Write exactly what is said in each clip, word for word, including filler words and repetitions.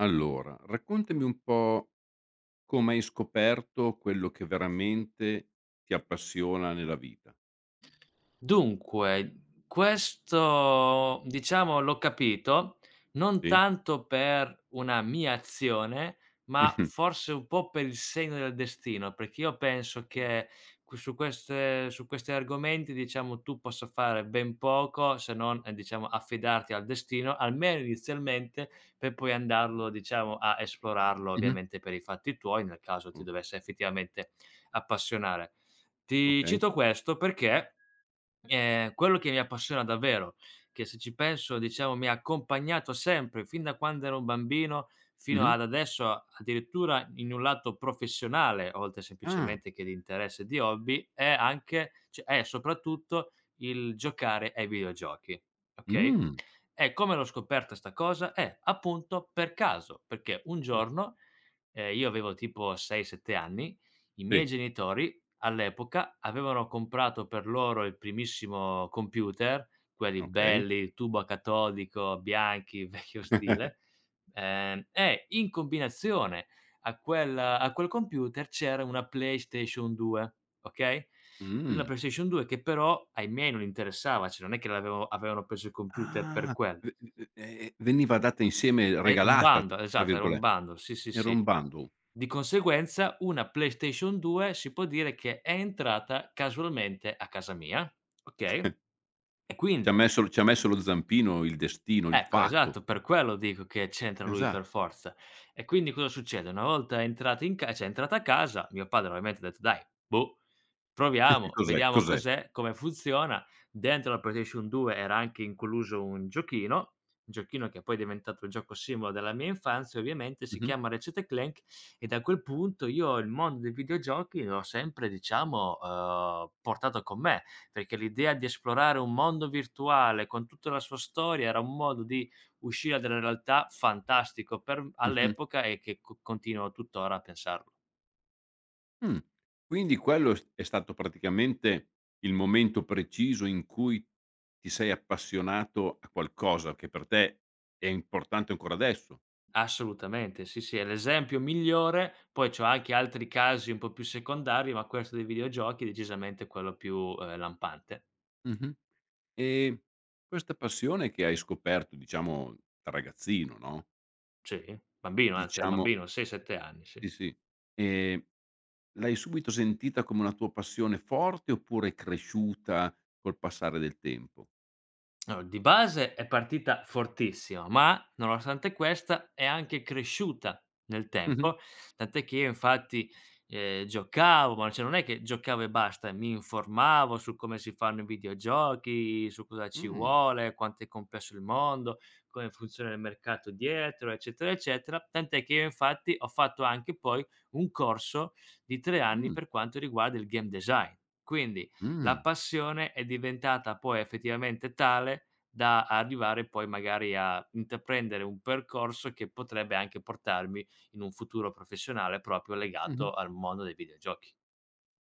Allora, raccontami un po' come hai scoperto quello che veramente ti appassiona nella vita. Dunque, questo diciamo l'ho capito, non Sì? tanto per una mia azione, ma Mh-mh. forse un po' per il segno del destino, perché io penso Mh. che que su queste su questi argomenti, diciamo, tu possa fare ben poco se non, ehm, diciamo, affidarti al destino, almeno inizialmente, per poi andarlo, diciamo, a esplorarlo Mh-mh. ovviamente per i fatti tuoi, nel caso ti O dovesse effettivamente appassionare. Ti okay. cito questo perché, ehm, quello che mi appassiona davvero, che se ci penso diciamo mi ha accompagnato sempre fin da quando ero un bambino fino Mh-mh. ad adesso, addirittura in un lato professionale, oltre Ah. semplicemente che di interesse e di hobby, è anche cioè è soprattutto il giocare ai videogiochi, okay? Mh. E come l'ho scoperta 'sta cosa? Eh, appunto per caso, perché un Ah, giorno. Ehm, io avevo tipo sei, sette anni, i miei sì, genitori all'epoca avevano comprato per loro il primissimo computer, quelli okay. belli, tubo a catodico, bianchi, vecchio stile, ehm, e in combinazione a quel a quel computer c'era una PlayStation due, okay, una Mh. PlayStation due che però ai miei non interessava, cioè non è che l'avevo avevano preso il computer per Ah, quello. v v e veniva data insieme È un "regalata" bundle, tra esatto, era un virgole bundle, sì, sì, era un sì. bundle. Di conseguenza, una PlayStation due si può dire che è entrata casualmente a casa mia, okay, e Ci ha quindi. messo ci ha messo lo zampino il destino, il Ecco, fato. esatto, per quello dico che c'entra lui Esatto. per forza. E quindi cosa succede? Una volta entrati in ca cioè entrata a casa, mio padre ovviamente ha detto: "Dai, boh, proviamo, Cos'è, vediamo cos'è? cos'è, come funziona". Dentro la PlayStation due era anche incluso un giochino, un giochino che poi è diventato il gioco simbolo della mia infanzia ovviamente, si Mh-mh. chiama Ratchet& Clank e da quel punto io il mondo dei videogiochi l'ho sempre diciamo, uhm, portato con me. Perché l'idea di esplorare un mondo virtuale con tutta la sua storia era un modo di uscire dalla realtà fantastico per Mh-mh. all'epoca e che co continuo tuttora a pensarlo. Mh. Quindi quello è s è stato praticamente il momento preciso in cui ti sei appassionato a qualcosa che per te è importante ancora adesso. Assolutamente, sì, sì, è l'esempio migliore, poi c'ho anche altri casi un po' più secondari, ma questo dei videogiochi è decisamente quello più, ehm, lampante. Mh-mh. E questa passione che hai scoperto, diciamo, da ragazzino, no, Sì, bambino, anzi ero diciamo, bambino, sei, sette anni, sì. sì, sì, ehm, l'hai subito sentita come una tua passione forte oppure è cresciuta col passare del tempo? Allora, di base è partita fortissima, ma nonostante questa è anche cresciuta nel Mh-mh. tempo, tant'è che io infatti, ehm, giocavo, ma cioè non è che giocavo e basta, mi informavo su come si fanno i videogiochi, su cosa ci Mh. vuole, quanto è complesso il mondo, come funziona il mercato dietro, eccetera, eccetera. Tant'è che io infatti ho fatto anche poi un corso di tre anni Mh. per quanto riguarda il game design. Quindi la Mh. passione è diventata poi effettivamente tale da arrivare poi magari a intraprendere un percorso che potrebbe anche portarmi in un futuro professionale proprio Mh-mh. legato al mondo dei videogiochi.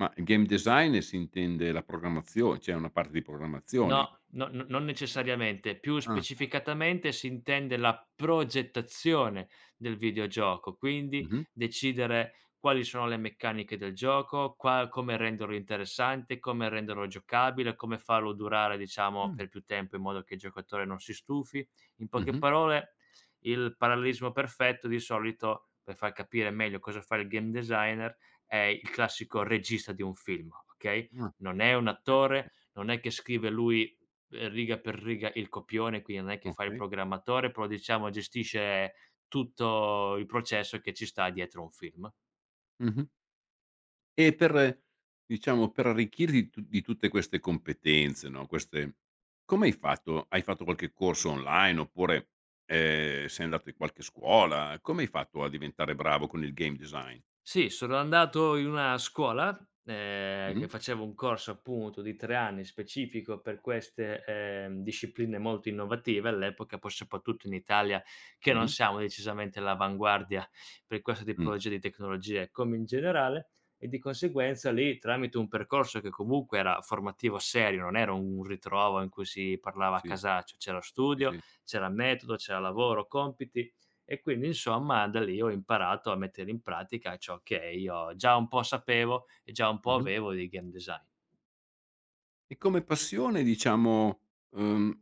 Ma il game design, si intende la programmazio c'è una parte di programmazione. No, no no, non necessariamente. Più Ah, specificatamente si intende la progettazione del videogioco, quindi mh-mh, decidere quali sono le meccaniche del gioco, qua come renderlo interessante, come renderlo giocabile, come farlo durare, diciamo, mh, per più tempo in modo che il giocatore non si stufi. In poche mh-mh, parole, il parallelismo perfetto di solito, per far capire meglio cosa fa il game designer, è il classico regista di un film, okay? ah, Non è un okay, attore, non è che scrive lui, ehm, riga per riga il copione, quindi non è che fa il okay, okay, programmatore, però diciamo gestisce tutto il processo che ci sta dietro un film. mh-mh. E per Diciamo, per arricchirti di tu di tutte queste competenze, no, queste, come hai fatto? Hai fatto qualche corso online oppure, ehm, sei andato in qualche scuola? Come hai fatto a diventare bravo con il game design? Sì, sono andato in una scuola, ehm, Mh-mh, che facevo un corso appunto di tre anni specifico per queste, ehm, discipline molto innovative all'epoca, poi soprattutto in Italia che non mh-mh, siamo decisamente all'avanguardia per questa mh, tipologia di tecnologie, come in generale, e di conseguenza lì tramite un percorso che comunque era formativo serio, non era un ritrovo in cui si parlava a sì, casaccio, c'era sì, studio, sì. c'era metodo, c'era lavoro, compiti e quindi insomma da lì ho imparato a mettere in pratica ciò che io già un po' sapevo e già un po' Mh-mh. avevo di game design. E come passione diciamo, uhm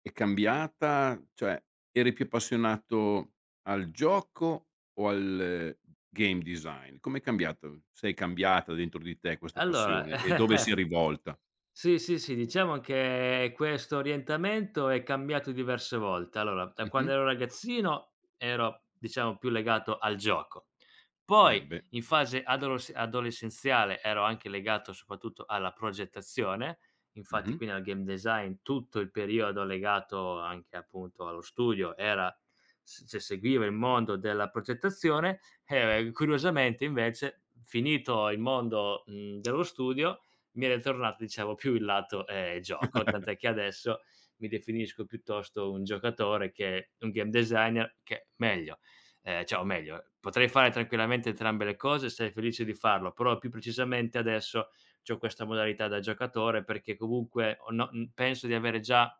è cambiata? Cioè, eri più appassionato al gioco o al eh, game design? Com'è cambiato, se è cambiata, dentro di te questa Allora, passione e dove si è rivolta? sì, sì, sì, diciamo che questo orientamento è cambiato diverse volte. Allora, da quando Mh-mh. ero ragazzino ero, diciamo, più legato al gioco. Eh Poi beh. in fase adolos adolescenziale ero anche legato soprattutto alla progettazione, infatti Mh-mh. quindi al game design tutto il periodo legato anche appunto allo studio era s se seguiva il mondo della progettazione e curiosamente invece finito il mondo, mhmm, dello studio mi era tornato diciamo più il lato, ehm, gioco, tant'è che adesso mi definisco piuttosto un giocatore che un game designer che meglio, ehm, cioè o meglio, potrei fare tranquillamente entrambe le cose e sarei felice di farlo, però più precisamente adesso c'ho questa modalità da giocatore perché comunque ho no, mhmm, penso di avere già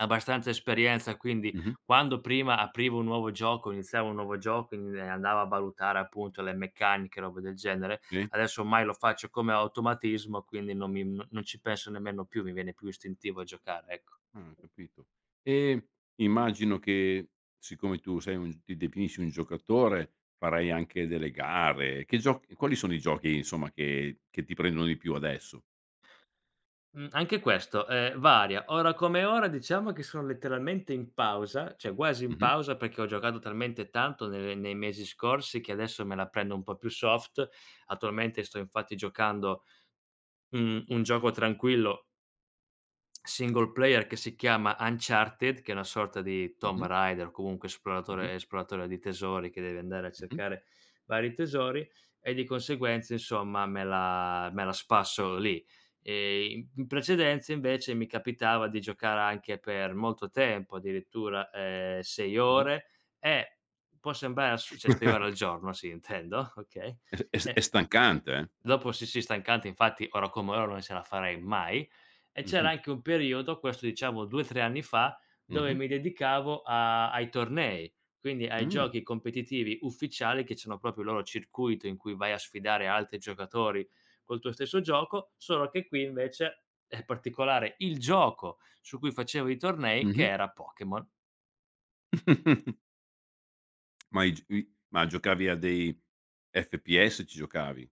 abbastanza esperienza, quindi Mh-mh. quando prima aprivo un nuovo gioco, iniziavo un nuovo gioco e e andavo a valutare appunto le meccaniche, robe del genere, Sì. adesso ormai lo faccio come automatismo, quindi non mi n non ci penso nemmeno più, mi viene più istintivo a giocare, ecco. Ah, ho capito. E immagino che siccome tu sei un ti definisci un giocatore, farai anche delle gare. Che gio Quali sono i giochi insomma che che ti prendono di più adesso? Mhmm, Anche questo, ehm, varia. Ora come ora diciamo che sono letteralmente in pausa, cioè quasi in Mh-mh. pausa perché ho giocato talmente tanto nelle nei mesi scorsi che adesso me la prendo un po' più soft. Attualmente sto infatti giocando, mhmm, un gioco tranquillo single player che si chiama Uncharted, che è una sorta di Tomb Mh-mh. Raider o comunque Mh-mh. esploratore esploratore di tesori che deve andare a Mh-mh. cercare vari tesori e di conseguenza insomma me la me la spasso lì. Ehm, in in precedenza invece mi capitava di giocare anche per molto tempo, addirittura, ehm, sei Mh-mh. ore e può sembrare assu cioè sei ore al giorno sì intendo, okay, È s è s e è stancante, eh. dopo sì, sì, stancante, infatti ora come ora non se la farei mai. E c'era Mh-mh, anche un periodo, questo diciamo due, tre anni fa, dove mh-mh, mi dedicavo a ai tornei, quindi ai mh, giochi competitivi ufficiali che c'hanno proprio il loro circuito in cui vai a sfidare altri giocatori col tuo stesso gioco, solo che qui invece è particolare il gioco su cui facevo i tornei che mh-mh. era Pokémon. Ma i g i ma giocavi a dei F P S, ci giocavi?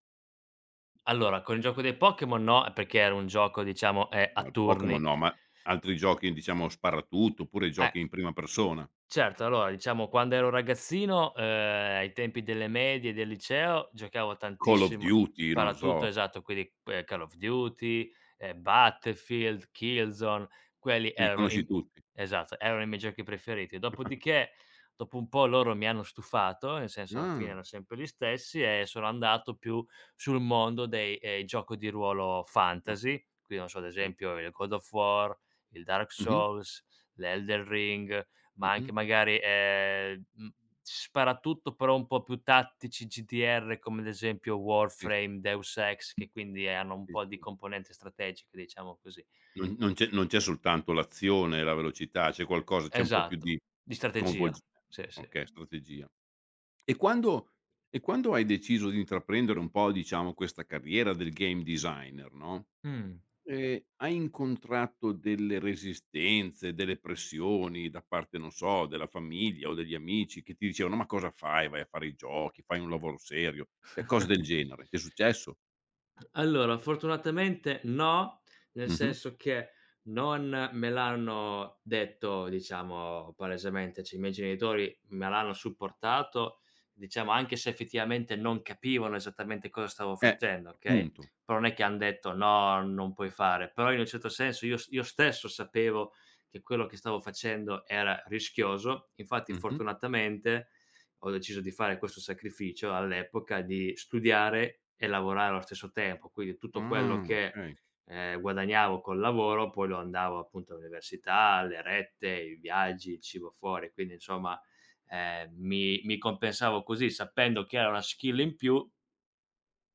Allora, con il gioco dei Pokémon no, perché era un gioco diciamo, ehm, No, a al Pokémon turni. no, ma altri giochi diciamo sparatutto, oppure Eh, giochi in prima persona? certo, allora diciamo quando ero ragazzino, uhm, ai tempi delle medie, del liceo, giocavo Call of tantissimo Duty, non lo so, sparatutto, esatto, quindi, ehm, Call of Duty, ehm, Battlefield, Killzone, quelli li erano i conosci m tutti. esatto, erano i miei giochi preferiti. Dopodiché, dopo un po' loro mi hanno stufato, nel senso alla fine Ah, erano sempre gli stessi e sono andato più sul mondo dei, ehm, gioco di ruolo fantasy, okay, quindi non so, ad sì. esempio il God of War, il Dark Mh-mh, Souls, l'Elden Ring, ma anche mh-mh. magari, ehm, mhmm, sparatutto però un po' più tattici G D R come ad esempio Sì, Warframe, Deus Ex, che quindi hanno un sì, po' di sì. componente strategica, diciamo così. Non non c'è non c'è soltanto l'azione e la velocità, c'è qualcosa, c'è un po' più di Esatto, di coinvolgi strategia. Sì, sì. okay, strategia. E quando e quando hai deciso di intraprendere un po', diciamo, questa carriera del game designer, no, Mh. ehm, hai incontrato delle resistenze, delle pressioni da parte, non so, della famiglia o degli amici che ti dicevano: "Ma cosa fai? Vai a fare i giochi, fai un lavoro serio", e cose del genere. Ti è successo? Allora, fortunatamente no, nel Mh-mh. senso che non me l'hanno detto, diciamo, palesemente, cioè i miei genitori me l'hanno supportato, diciamo, anche se effettivamente non capivano esattamente cosa stavo Eh, facendo, okay, appunto. però non è che han detto: "No, non puoi fare." Però in un certo senso io s io stesso sapevo che quello che stavo facendo era rischioso, infatti Mh-mh. fortunatamente ho deciso di fare questo sacrificio all'epoca di studiare e lavorare allo stesso tempo, quindi tutto quello Ah, che, okay. ehm, guadagnavo col lavoro poi lo andavo appunto all'università, le rette, i viaggi, il cibo fuori, quindi insomma, ehm, mi mi compensavo così sapendo che era una skill in più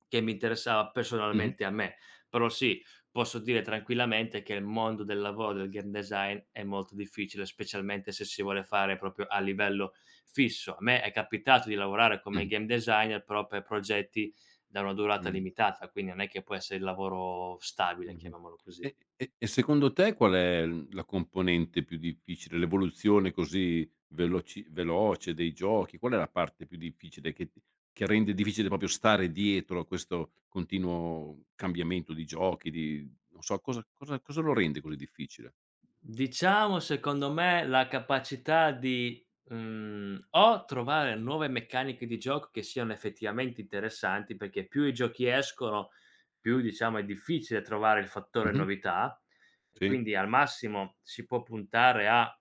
che mi interessava Mh-mh. personalmente a me. Però sì, posso dire tranquillamente che il mondo del lavoro del game design è molto difficile, specialmente se si vuole fare proprio a livello fisso. A me è capitato di lavorare Mh. come game designer, però per progetti da una durata Mh. limitata, quindi non è che può essere il lavoro stabile, Mh-mh. chiamiamolo così. E e e secondo te qual è l la componente più difficile? L'evoluzione così veloci veloce dei giochi? Qual è la parte più difficile che ti, che rende difficile proprio stare dietro a questo continuo cambiamento di giochi, di, non so, cosa cosa cosa lo rende così difficile? Diciamo secondo me la capacità di, mhmm, o trovare nuove meccaniche di gioco che siano effettivamente interessanti, perché più i giochi escono, più diciamo è difficile trovare il fattore Mh-mh. novità, e Sì. quindi al massimo si può puntare a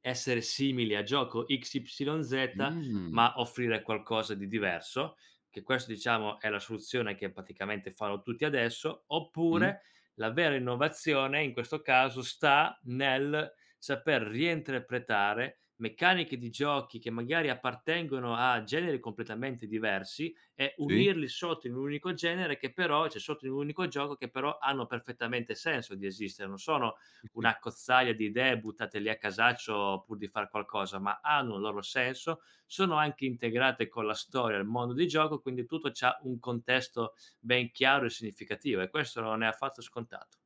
essere simili a gioco X Y Z, Mh. ma offrire qualcosa di diverso, che questo diciamo è la soluzione che praticamente fanno tutti adesso, Mh. oppure la vera innovazione in questo caso sta nel saper reinterpretare meccaniche di giochi che magari appartengono a generi completamente diversi e Sì, unirli sotto in un unico genere che però cioè sotto in un unico gioco che però hanno perfettamente senso di esistere, non sono sì, sì. un'accozzaglia di idee buttate lì a casaccio pur di far qualcosa, ma hanno un loro senso, sono anche integrate con la storia, il mondo di gioco, quindi tutto c'ha un contesto ben chiaro e significativo e questo non è affatto scontato.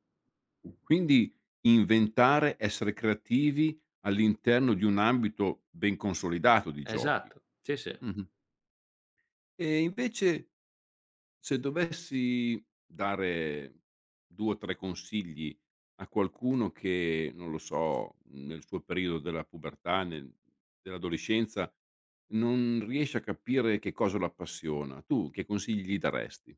Quindi inventare, essere creativi all'interno di un ambito ben consolidato di giochi. Esatto, sì, sì. Mh-mh. E invece, se dovessi dare due o tre consigli a qualcuno che, non lo so, nel suo periodo della pubertà, nel dell'adolescenza, non riesce a capire che cosa lo appassiona, tu che consigli gli daresti?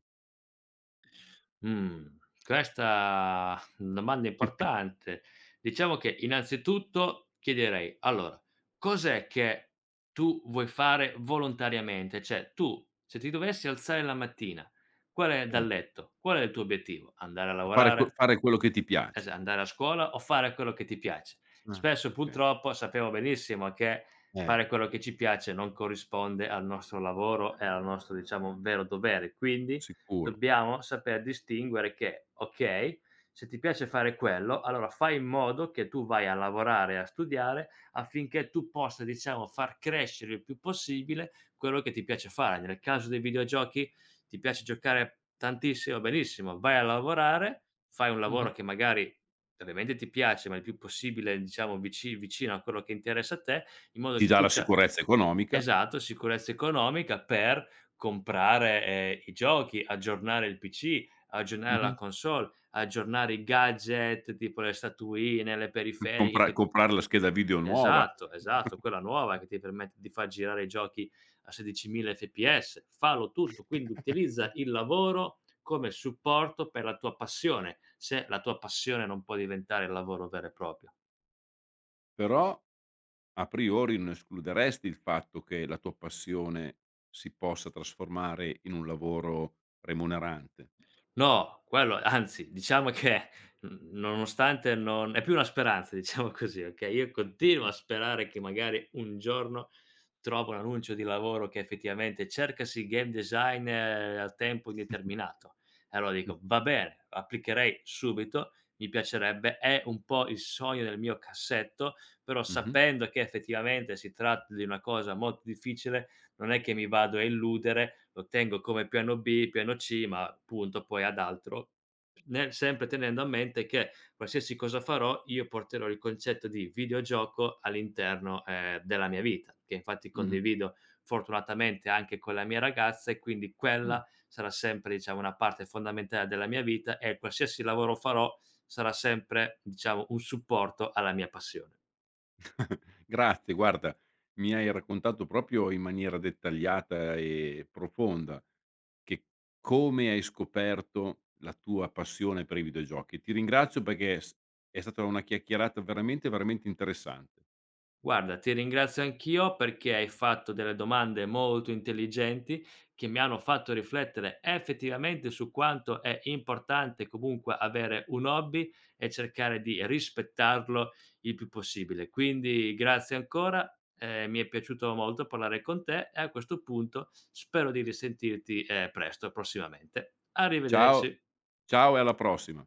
Mh, questa domanda importante. Diciamo che innanzitutto chiederei: allora, cos'è che tu vuoi fare volontariamente? Cioè tu, se ti dovessi alzare la mattina, qual è Mh. dal letto, qual è il tuo obiettivo? Andare a Fare que lavorare? fare quello che ti Esa piace. Andare a scuola o fare quello che ti piace. Ah, Spesso okay. purtroppo sappiamo benissimo che Eh. fare quello che ci piace non corrisponde al nostro lavoro e al nostro, diciamo, vero dovere. Quindi Sicuro. dobbiamo saper distinguere che, okay, se ti piace fare quello, allora fai in modo che tu vai a lavorare e a studiare affinché tu possa, diciamo, far crescere il più possibile quello che ti piace fare. Nel caso dei videogiochi ti piace giocare tantissimo, benissimo, vai a lavorare, fai un Mh-mh. lavoro che magari ovviamente ti piace, ma il più possibile diciamo vici vicino a quello che interessa a te, in modo Ti che dà tu la c'ha. sicurezza economica. Esatto, sicurezza economica per comprare, ehm, i giochi, aggiornare il P C, aggiornare la Mh-mh. console, aggiornare i gadget tipo le statuine, le periferiche Compra che. comprare la scheda video nuova. Esatto, esatto, quella nuova che ti permette di far girare i giochi a sedicimila fps. Fallo tutto, quindi utilizza il lavoro come supporto per la tua passione, se la tua passione non può diventare il lavoro vero e proprio. Però a priori non escluderesti il fatto che la tua passione si possa trasformare in un lavoro remunerante. No, quello anzi, diciamo che n nonostante non è più una speranza, diciamo così, okay, io Sì, continuo sì. a sperare che magari un giorno trovo un annuncio di lavoro che effettivamente: "Cercasi game designer a tempo indeterminato". E allora dico: "Va bene, applicherei subito, mi piacerebbe, è un po' il sogno nel mio cassetto", però Mh-mh, sapendo che effettivamente si tratta di una cosa molto difficile non è che mi vado a illudere, lo tengo come piano bi, piano ci, ma punto poi ad altro, nel sempre tenendo a mente che qualsiasi cosa farò io porterò il concetto di videogioco all'interno, ehm, della mia vita, che infatti mh-mh, condivido fortunatamente anche con la mia ragazza e quindi mh. quella sarà sempre, diciamo, una parte fondamentale della mia vita e qualsiasi lavoro farò sarà sempre, diciamo, un supporto alla mia passione. Grazie, guarda, mi hai raccontato proprio in maniera dettagliata e profonda che come hai scoperto la tua passione per i videogiochi. Ti ringrazio perché s è stata una chiacchierata veramente, veramente interessante. Guarda, ti ringrazio anch'io perché hai fatto delle domande molto intelligenti che mi hanno fatto riflettere effettivamente su quanto è importante comunque avere un hobby e cercare di rispettarlo il più possibile. Quindi grazie ancora, eh, mi è piaciuto molto parlare con te e a questo punto spero di risentirti eh, presto, prossimamente. Ciao Arrivederci. ciao e alla prossima.